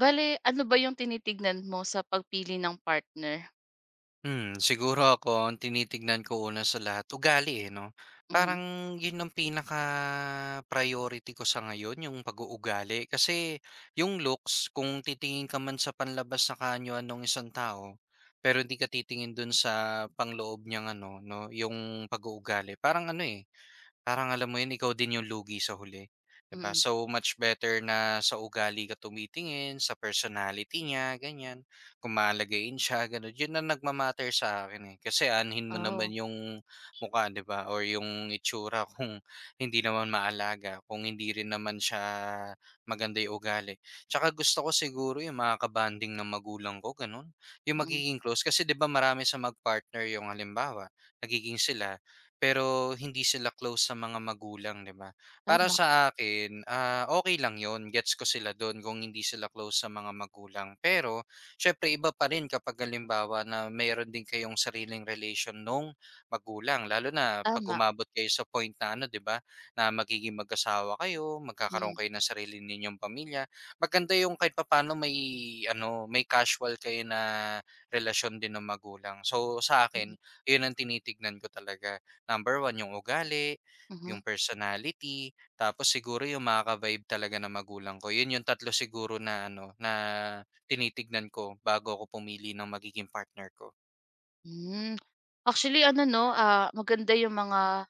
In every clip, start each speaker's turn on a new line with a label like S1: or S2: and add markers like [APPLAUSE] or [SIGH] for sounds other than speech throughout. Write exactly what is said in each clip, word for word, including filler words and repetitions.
S1: Bale, ano ba yung tinitignan mo sa pagpili ng partner?
S2: Hmm, siguro ako ang tinitignan ko una sa lahat ugali, eh, 'no? Parang
S1: Mhm,
S2: 'yun ang pinaka-priority ko sa ngayon, yung pag-uugali. Kasi yung looks, kung titingin ka man sa panlabas na kaanyuan ng isang tao, pero hindi ka titingin dun sa panloob niyang ano 'no, yung pag-uugali, parang ano, eh, parang alam mo yun, ikaw din yung lugi sa huli, 'di ba?
S1: mm.
S2: So much better na sa ugali ka tumitingin, sa personality niya, ganyan. Kung maalagayin siya, ganun. Yun ang nagma sa akin, eh. Kasi anhin mo naman
S1: Oh,
S2: yung mukha, 'di ba? Or yung itsura [LAUGHS] kung hindi naman maalaga, kung hindi rin naman siya maganda yung ugali. Tsaka gusto ko siguro yung makakabanding ng magulang ko, ganun. Yung
S1: mm.
S2: magiging close kasi 'di ba marami sa magpartner yung halimbawa, nagiging sila pero hindi sila close sa mga magulang, 'di ba? Para
S1: Tama,
S2: sa akin, ah, okay lang yon, gets ko sila do'n kung hindi sila close sa mga magulang. Pero siyempre iba pa rin kapag halimbawa na meron din kayong sariling relation nung magulang, lalo na 'pag
S1: tama.
S2: umabot kayo sa point na ano, 'di ba, na magiging mag-asawa kayo, magkakaroon
S1: Mm,
S2: kayo ng sarili ninyong pamilya. Maganda yung kahit papaano may ano, may casual kayo na relasyon din ng magulang. So, sa akin,
S1: mm,
S2: 'yun ang tinitignan ko talaga. Number one yung ugali,
S1: mhm.
S2: yung personality, tapos siguro yung makaka-vibe talaga ng magulang ko. Yun yung tatlo siguro na ano, na tinitignan ko bago ako pumili ng magiging partner ko.
S1: Hmm. Actually ano 'no, ah, maganda yung mga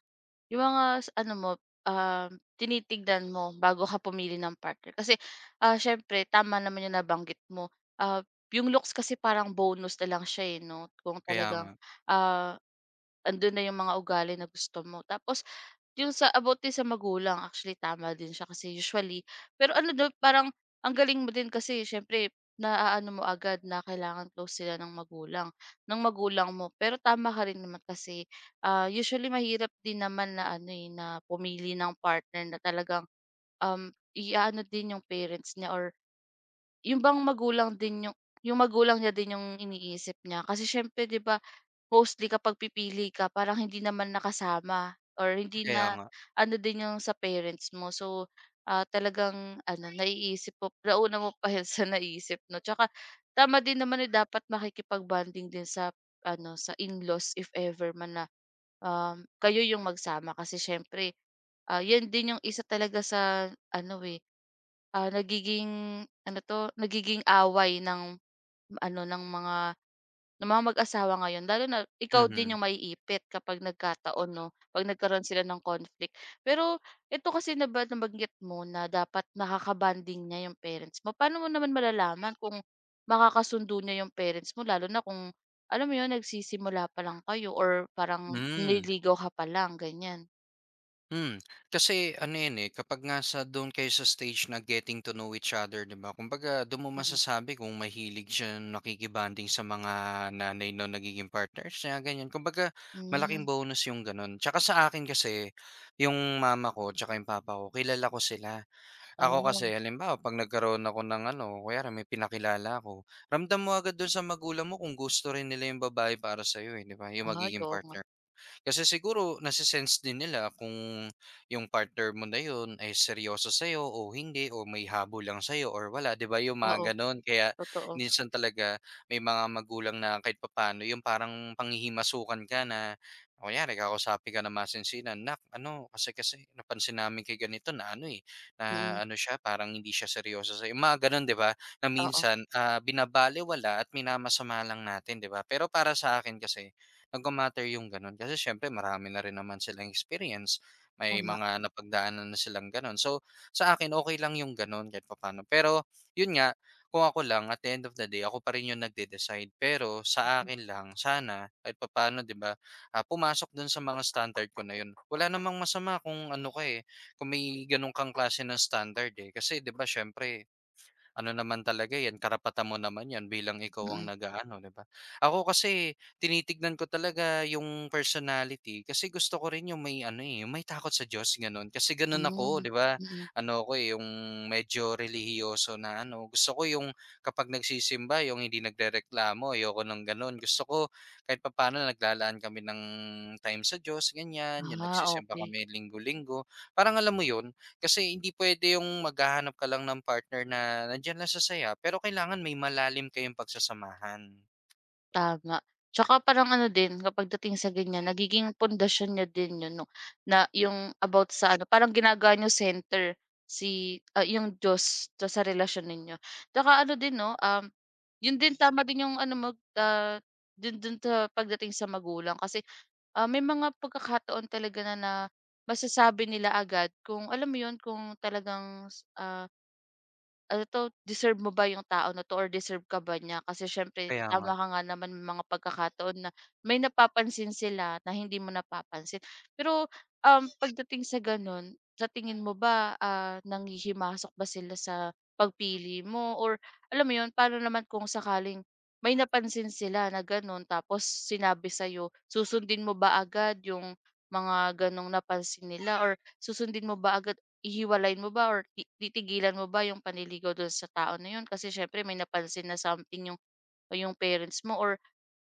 S1: Yung mga s ano mo, um, tinitignan mo bago ka pumili ng partner kasi, ah, siyempre tama naman yung nabanggit mo. Ah, yung looks kasi parang bonus na lang siya, eh, 'no, kung
S2: Kaya
S1: talagang,
S2: nga,
S1: ah, andun na yung mga ugali na gusto mo. Tapos yung sa about din sa magulang, actually tama din siya kasi usually pero ano daw parang ang galing mo din kasi siyempre naaano mo agad na kailangan close sila ng magulang ng magulang mo. Pero tama ka rin naman kasi Ah, usually mahirap din naman na ano, eh, na pumili ng partner na talagang, um, i din yung parents niya or yung bang magulang din yung yung magulang niya din yung iniisip niya. Kasi siyempre 'di ba, mostly kapag pipili ka parang hindi naman nakasama or hindi
S2: kaya
S1: na
S2: nga.
S1: ano din yung sa parents mo. So, ah, talagang ano, naiisip mo nauna mo pa yun [LAUGHS] sa naisip 'no. Tsaka tama din naman, eh, dapat makikipag-bonding din sa ano, sa in-laws if ever man na. Um, kayo yung magsama kasi siyempre, ah, yun din yung isa talaga sa ano, eh, ah, nagiging ano 'to, nagiging away ng ano, ng mga ng mga mag-asawa ngayon lalo na ikaw din
S2: Mhm.
S1: yung maiipit kapag nagkataon 'no, 'pag nagkaroon sila ng conflict. Pero ito kasi na ba nabanggit mo na dapat nakaka-bonding niya yung parents mo, paano mo naman malalaman kung makakasundo niya yung parents mo lalo na kung alam mo yun, nagsisimula pa lang kayo or parang
S2: Hmm.
S1: nililigaw ka pa lang, ganyan?
S2: Hmm, Kasi ano 'yan, eh, kapag nga sa doon kayo sa stage na getting to know each other, 'di ba? Kumbaga do'n mo
S1: Mm.
S2: masasabi kung mahilig siya nung nakikibanding sa mga nanay nung nagiging partners niya, ganyan. Kumbaga malaking
S1: Hmm,
S2: bonus yung gano'n. Tsaka sa akin kasi, yung mama ko tsaka yung papa ko kilala ko sila. Ako
S1: oh,
S2: kasi halimbawa 'pag nagkaroon ako ng ano, kunyari may pinakilala ako, ramdam mo agad do'n sa magulang mo kung gusto rin nila yung babae para sa'yo, eh, 'di ba? Yung
S1: ay
S2: magiging
S1: oo nga.
S2: partner. Kasi siguro nase din nila kung yung partner mo na yun ay seryoso sa'yo o hindi o may habol lang sa'yo or wala, 'di ba yung
S1: Oo,
S2: mga gano'n? Kaya
S1: totoo.
S2: minsan talaga may mga magulang na kahit papano, yung parang panghihimasukan ka na kunyari kakausapin ka ng masinsinan, "Nak, ano kasi kasi napansin namin kay ganito na ano, eh, na
S1: Mm,
S2: ano siya parang hindi siya seryoso sa'yo." Yung mga gano'n, 'di ba? Na
S1: oo,
S2: minsan, ah, binabalewala at minamasama lang natin, 'di ba? Pero para sa akin kasi nagma yung gano'n kasi siyempre marami na rin naman silang experience, may
S1: tama.
S2: mga Mm. napagdaanan na silang gano'n. So, sa akin okay lang yung gano'n kahit papaano. Pero yun nga, kung ako lang at the end of the day ako pa rin yung nagde-decide, pero sa
S1: Mm,
S2: akin lang sana kahit papaano 'di ba, ah, pumasok dun sa mga standard ko na yun. Wala namang masama kung ano ka, eh, kung may gano'n kang klase ng standard, eh, kasi 'di ba siyempre ano naman talaga eh, 'yan, karapatan mo naman 'yan bilang ikaw ang
S1: mm,
S2: nag 'di ba? Ako kasi tinitignan ko talaga yung personality kasi gusto ko rin yung may ano, eh, yung may takot sa Diyos gano'n. Kasi gano'n
S1: hmm,
S2: ako, 'di ba?
S1: mm.
S2: Ano ko eh, yung medyo relihiyoso na ano, gusto ko yung kapag nagsisimba yung hindi nagrereklamo, ayoko ng gano'n. Gusto ko kahit papaano naglalaan kami ng time sa Diyos, ganiyan, yung
S1: Ah,
S2: nagsisimba
S1: okey.
S2: kami linggo-linggo. Parang alam mo 'yun, kasi hindi puwede yung maghahanap ka lang ng partner na nandiyan lang sa saya, pero kailangan may malalim kayong pagsasamahan.
S1: Tama. Tsaka parang ano din kapag dating sa ganyan nagiging pundasyon niya din yun 'no, na yung about sa ano parang ginagawa niyong center si, ah, yung Diyos to sa relasyon ninyo. Tsaka ano din 'no, um, yun din tama din yung ano mag ah, dun dun sa pagdating sa magulang kasi, ah, may mga pagkakataon talaga na na masasabi nila agad kung alam mo yun kung talagang, ah ano 'to, deserve mo ba yung tao na 'to or deserve ka ba niya? Kasi siyempre
S2: Kaya nga.
S1: tama ka nga naman may mga pagkakataon na may napapansin sila na hindi mo napapansin. Pero, um, pagdating sa gano'n, sa tingin mo ba, ah, nanghihimasok ba sila sa pagpili mo or alam mo 'yun, paano naman kung sakaling may napansin sila na gano'n tapos sinabi sa'yo, susundin mo ba agad yung mga gano'ng napansin nila or susundin mo ba agad. Ihiwalayin mo ba or ti titigilan mo ba yung panliligaw dun sa tao na yun kasi siyempre may napansin na something yung o yung parents mo or,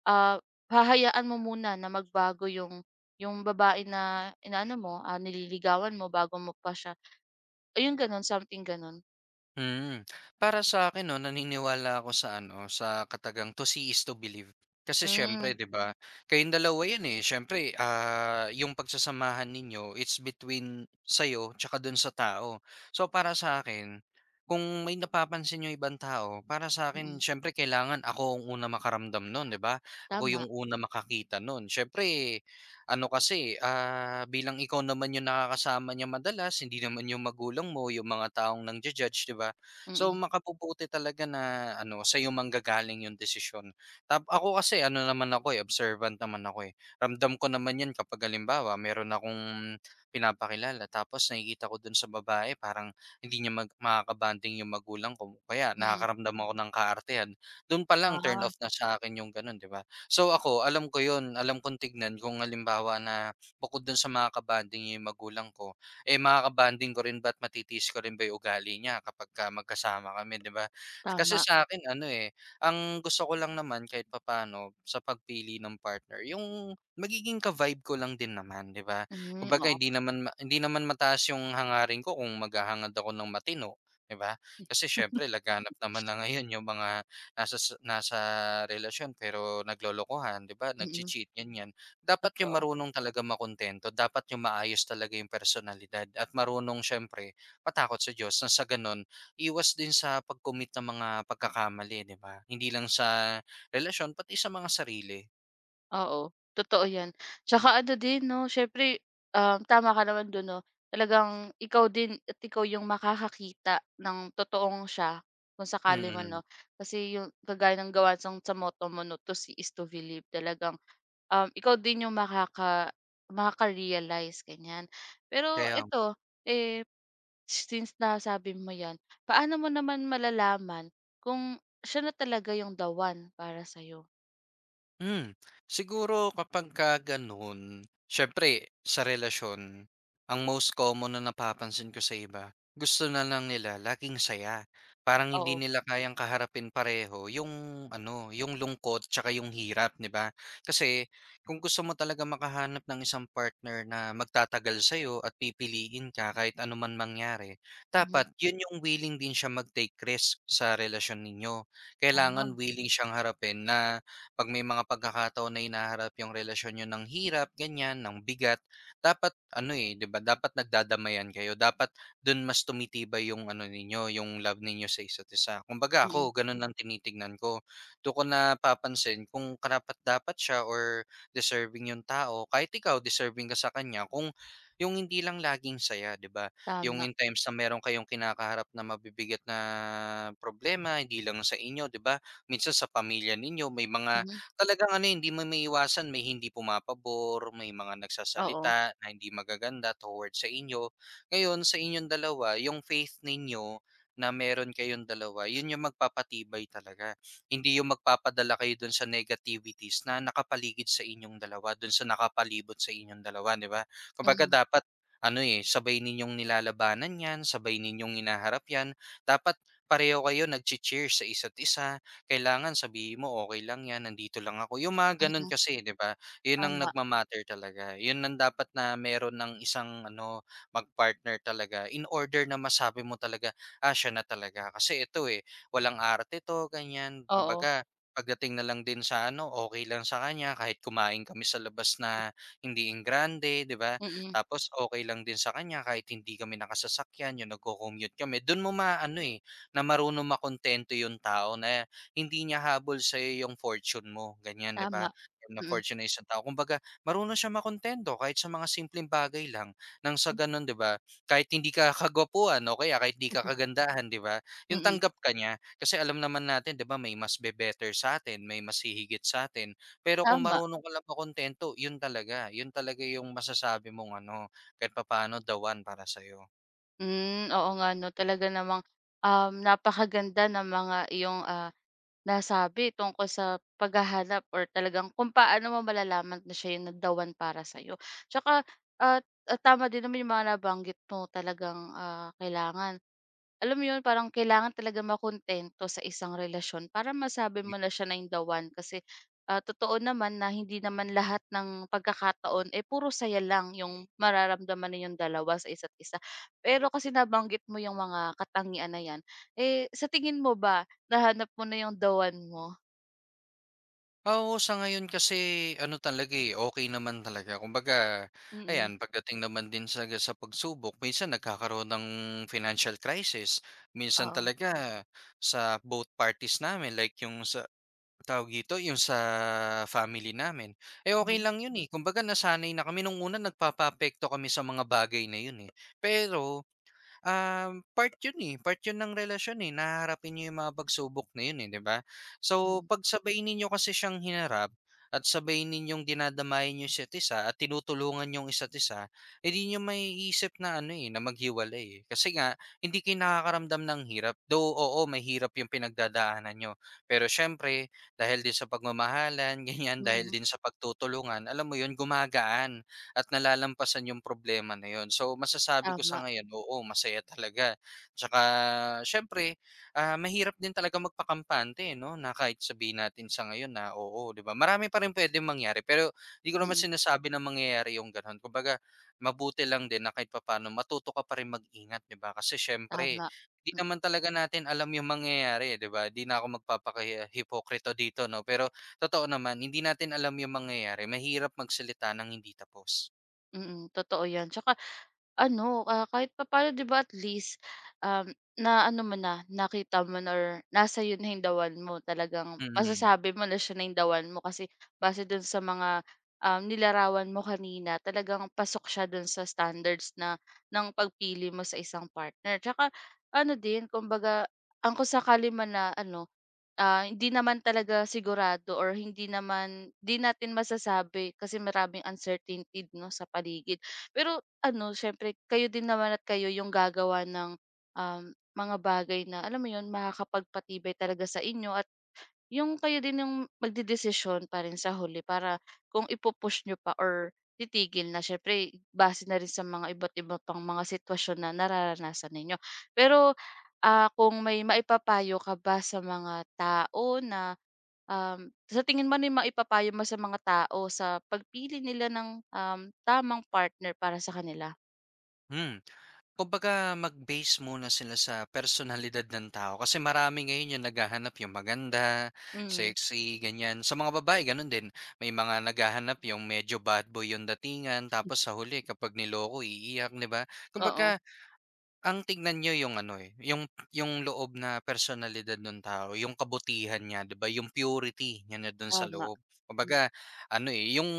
S1: ah, hahayaan mo muna na magbago yung yung babae na inaano mo, ah, nililigawan mo bago mo pa siya ayun ganun, something ganun.
S2: Hmm, Para sa akin, 'no, naniniwala ako sa ano, sa katagang to see is to believe. Kasi
S1: Hmm,
S2: siyempre 'di ba, kayong dalawa 'yan, eh. Siyempre, ah, yung pagsasamahan ninyo, it's between sa'yo tsaka dun sa tao. So, para sa akin, kung may napapansin yung ibang tao, para sa akin,
S1: mm,
S2: siyempre kailangan ako ang una makaramdam nun, 'di ba? Ako yung
S1: tama,
S2: una makakita nun. Siyempre ano kasi, ah, bilang ikaw naman yung nakakasama niya madalas, hindi naman yung magulang mo, yung mga taong nangja-judge, 'di ba?
S1: mm,
S2: So
S1: mm.
S2: makabubuti talaga na ano, sa sa'yo manggagaling yung desisyon. Tap ako kasi ano naman ako, eh, observant naman ako, eh. Ramdam ko naman 'yan kapag halimbawa meron akong pinapakilala tapos nakikita ko dun sa babae parang hindi niya mag makakabanding yung magulang ko, kaya
S1: Mm.
S2: nakakaramdam ako ng kaartehan. Dun palang turn
S1: Ah,
S2: off na sa akin yung gano'n, 'di ba? So ako, alam ko 'yun, alam kong tignan kung halimbawa na bukod do'n sa mga bonding niya yung magulang ko, eh, mga kabanding ko rin ba't matitiis ko rin ba yung ugali niya kapagka magkasama kami, 'di ba? Kasi
S1: tama.
S2: sa akin ano, eh, ang gusto ko lang naman kahit papaano sa pagpili ng partner yung magiging ka-vibe ko lang din naman, 'di ba?
S1: Hmm,
S2: Kumbaga
S1: oo.
S2: hindi naman ma hindi naman mataas yung hangarin ko kung maghahangad ako ng matino, 'di ba? Kasi siyempre
S1: [LAUGHS]
S2: laganap naman na ngayon yung mga Nasa sa nasa relasyon pero naglolokohan, 'di ba,
S1: Mm,
S2: nagche-cheat, ganyan. Dapat yung
S1: totoo.
S2: marunong talaga makuntento, dapat yung maayos talaga yung personalidad at marunong siyempre matakot sa Diyos na sa gano'n iwas din sa pag-commit ng mga pagkakamali, 'di ba? Hindi lang sa relasyon, pati sa mga sarili.
S1: Oo, totoo 'yan. Tsaka ano din 'no, siyempre, um, tama ka naman do'n 'no, talagang ikaw din at ikaw yung makakakita ng totoong siya kung sakali man
S2: Mm.
S1: 'no. Kasi yung kagaya ng gawa sang sa motto mo 'no, "To see is to believe." Talagang, um, ikaw din yung makaka makaka-realize, ganiyan. Pero
S2: kaya
S1: ito, eh, since nasabi mo 'yan, paano mo naman malalaman kung siya na talaga yung the one para sa'yo?
S2: Hmm, Siguro kapagka gano'n, syempre sa relasyon, ang most common na napapansin ko sa iba, gusto na lang nila laging saya. Parang hindi
S1: Oo.
S2: nila kayang kaharapin pareho yung ano, yung lungkot tsaka yung hirap, 'di ba? Kasi kung gusto mo talaga makahanap ng isang partner na magtatagal sa'yo at pipiliin ka kahit anuman mangyari, dapat
S1: Mhm,
S2: yun yung willing din siya mag-take risk sa relasyon ninyo.
S1: ah.
S2: Kailangan willing siyang harapin na 'pag may mga pagkakataon na hinaharap yung relasyon niyo ng hirap, ganyan, ng bigat, dapat ano, eh, 'di ba, dapat nagdadamayan kayo. Dapat dun mas tumitibay yung ano ninyo, yung love ninyo sa isa't isa. Kumbaga
S1: Mm,
S2: ako, ganun ang tinitignan ko. Dun ko napapansin kung karapat-dapat siya or deserving yung tao. Kahit ikaw deserving ka sa kanya kung yung hindi lang laging saya, 'di ba? Yung
S1: tama,
S2: in times na meron kayong kinakaharap na mabibigat na problema, hindi lang sa inyo, 'di ba? Minsan sa pamilya ninyo, may mga
S1: mhm,
S2: talagang ano, eh, hindi mo maiiwasan may hindi pumapabor, may mga
S1: oo,
S2: nagsasalita na hindi magaganda towards sa inyo. Ngayon sa inyong dalawa, yung faith ninyo na meron kayong dalawa, yun yung magpapatibay talaga. Hindi yung magpapadala kayo dun sa negativities na nakapaligid sa inyong dalawa, dun sa nakapalibot sa inyong dalawa, di ba? Kumbaga
S1: mm,
S2: dapat ano eh, sabay ninyong nilalabanan yan, sabay ninyong inaharap yan. Dapat pareho kayo nag-cheer sa isa't isa, kailangan sabihin mo, okay lang 'yan, nandito lang ako." Yung mga gano'n
S1: mm,
S2: kasi, 'di ba? 'Yun ang
S1: tama,
S2: nagma talaga. 'Yun ang dapat na meron ng isang ano, mag-partner talaga in order na masabi mo talaga, "Ah, siya na talaga. Kasi ito, eh, walang arte 'to." Ganiyan.
S1: oo,
S2: Kumbaga pagdating na lang din sa ano, okay lang sa kanya kahit kumain kami sa labas na hindi enggrande, 'di ba?
S1: mm,
S2: Tapos okay lang din sa kanya kahit hindi kami nakasasakyan, yung nagco-commute kami. Do'n mo maaano, eh, na marunong makontento yung tao na hindi niya habol sa yung fortune mo, ganyan, 'di ba?
S1: tama,
S2: Yung Na
S1: mm,
S2: fortune ng isang tao. Kumbaga, marunong siya makontento kahit sa mga simpleng bagay lang nang sa gano'n, 'di ba, kahit hindi ka [LAUGHS] kagwapuhan o kaya kahit hindi ka
S1: [LAUGHS]
S2: kagandahan, 'di ba, yung
S1: mm,
S2: tanggap ka niya. Kasi alam naman natin, 'di ba, may mas be-better sa atin may mas hihigit sa atin. Pero kung
S1: tama.
S2: marunong ka lang makontento, yun talaga, yun talaga yung masasabi mong ano, kahit papaano, dawan one para sa'yo.
S1: Hmm, oo nga 'no, talaga namang, um, napakaganda ng mga iyong, ah Nasabi tungkol sa paghahanap or talagang kung paano mo malalaman na siya yung nagdawan para sa'yo. Tsaka, at at tama din naman yung mga nabanggit mo talagang, ah, kailangan alam mo yun, parang kailangan talaga makontento sa isang relasyon para masabi mo na siya na yung the kasi, ah, totoo naman na hindi naman lahat ng pagkakataon, eh, puro saya lang yung mararamdaman ninyong dalawa sa isa't isa. Pero kasi nabanggit mo yung mga katangian na yan, eh, sa tingin mo ba Nahanap mo na yung the one mo.
S2: Ah, oo, sa ngayon kasi ano talaga, eh, okey naman talaga. Kumbaga,
S1: Mm.
S2: ayan pagdating naman din sa sa pagsubok minsan nagkakaroon ng financial crisis. Minsan
S1: Oo,
S2: talaga sa both parties namin like yung sa tawag dito, yung sa family namin, eh, okay
S1: mm,
S2: lang yun, eh. Kumbaga nasanay na kami nung una nagpapapekto kami sa mga bagay na yun, eh. Pero Um, part 'yun, eh, part 'yun ng relasyon, eh, na haharapin niyo yung mga pagsubok na 'yun, eh, 'di ba? So,
S1: mm,
S2: 'pag sabay ninyo kasi siyang hinarap at sabay ninyong dinadamayan yung isa't isa at tinutulungan yung isa't isa, eh, 'di niyo maiisip na ano, eh, na maghiwalay, eh. Kasi nga hindi kayo nakakaramdam ng hirap. Though, oo, mahirap yung pinagdadaanan nyo, pero siyempre dahil din sa pagmamahalan, [LAUGHS] ganyan dahil
S1: mm,
S2: din sa pagtutulungan, alam mo 'yun, gumagaan at nalalampasan yung problema na yun. So masasabi ko sa
S1: tama,
S2: ngayon, oo, masaya talaga. Tsaka siyempre, ah, mahirap din talaga magpakampante, no? Na kahit sabihin natin sa ngayon na oo, 'di ba? Marami pa rin pwedeng mangyari, pero hindi ko naman
S1: mm,
S2: sinasabi na mangyayari yung ganun. Kumbaga, mabuti lang din na kahit papaano matuto ka pa rin mag-ingat, 'di ba? Kasi siyempre,
S1: tama,
S2: di
S1: m
S2: naman talaga natin alam yung mangyayari, 'di ba? Di na ako magpapakahipokrito dito, no? Pero totoo naman, hindi natin alam yung mangyayari. Mahirap magsalita ng hindi tapos.
S1: mm, totoo yan. Tsaka ano, ah, kahit papaano 'di ba at least, um, naano mo na, nakita mo na or nasa 'yo na yung the one mo. Talagang
S2: Mm.
S1: masasabi mo na siya na yung the one mo kasi base dun sa mga, um, nilarawan mo kanina talagang pasok siya dun sa standards na ng pagpili mo sa isang partner. Tsaka ano din kumbaga, ang kung sakali man na ano. Ah, hindi naman talaga sigurado or hindi naman 'di natin masasabi kasi maraming uncertainty 'no sa paligid. Pero ano siyempre kayo din naman at kayo yung gagawa ng, um, mga bagay na alam mo yun makakapagpatibay talaga sa inyo at yung kayo din yung magdedesisyon pa rin sa huli para kung ipu nyo pa or titigil na siyempre base na rin sa mga iba't iba pang mga sitwasyon na nararanasan ninyo. Pero, ah, kung may maipapayo ka ba sa mga tao na, um, sa tingin mo ano maipapayo mo sa mga tao sa pagpili nila ng, um, tamang partner para sa kanila?
S2: hmm. Kumbaga mag-base muna sila sa personalidad ng tao kasi marami ngayon yung naghahanap yung maganda,
S1: Mm,
S2: sexy, ganyan. Sa mga babae gano'n din, may mga naghahanap yung medyo bad boy yung datingan tapos sa huli kapag niloko iiyak, 'di ba?
S1: oo,
S2: Kumbaga ang tignan niyo yung ano, eh, yung yung loob na personalidad nung tao, yung kabutihan niya, 'di ba, yung purity niya nando'n sa
S1: tama.
S2: loob.
S1: Hmm,
S2: Kumbaga ano, eh, yung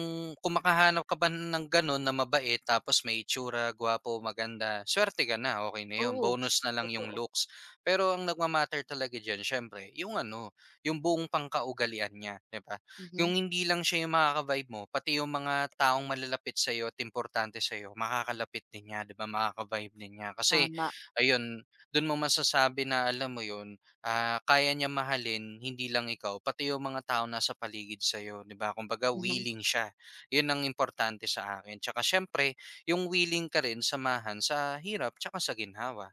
S2: kumakahanap makahanap ka ba ng gano'n na mabait tapos may itsura, gwapo, maganda, suwerte ka na, okey na 'yun,
S1: oo,
S2: bonus na lang yung
S1: totoo.
S2: looks. Pero ang nagma talaga diyan siyempre yung ano, yung buong pangkaugalian niya, 'di ba?
S1: Mhm,
S2: Yung hindi lang siya yung makaka-vibe mo, pati yung mga taong malalapit sa'yo at importante sa sa'yo makakalapit din niya, 'di ba, makaka-vibe din niya. Kasi
S1: tama,
S2: ayun, do'n mo masasabi na alam mo 'yun, ah, kaya niya mahalin hindi lang ikaw, pati yung mga taong nasa paligid sa sa'yo, 'di ba? Kumbaga
S1: mhm.
S2: willing siya, 'yun ang importante sa akin. Tsaka siyempre yung willing ka rin samahan sa hirap tsaka sa ginhawa.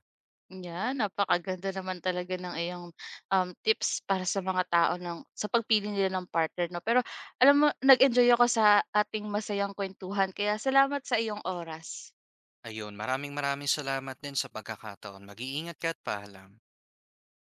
S1: Yan, napakaganda naman talaga ng iyong, um, tips para sa mga tao ng sa pagpili nila ng partner 'no. Pero alam mo nag-enjoy ako sa ating masayang kuwentuhan kaya salamat sa iyong oras.
S2: Ayun, maraming maraming salamat din sa pagkakataon. Mag-iingat ka at paalam.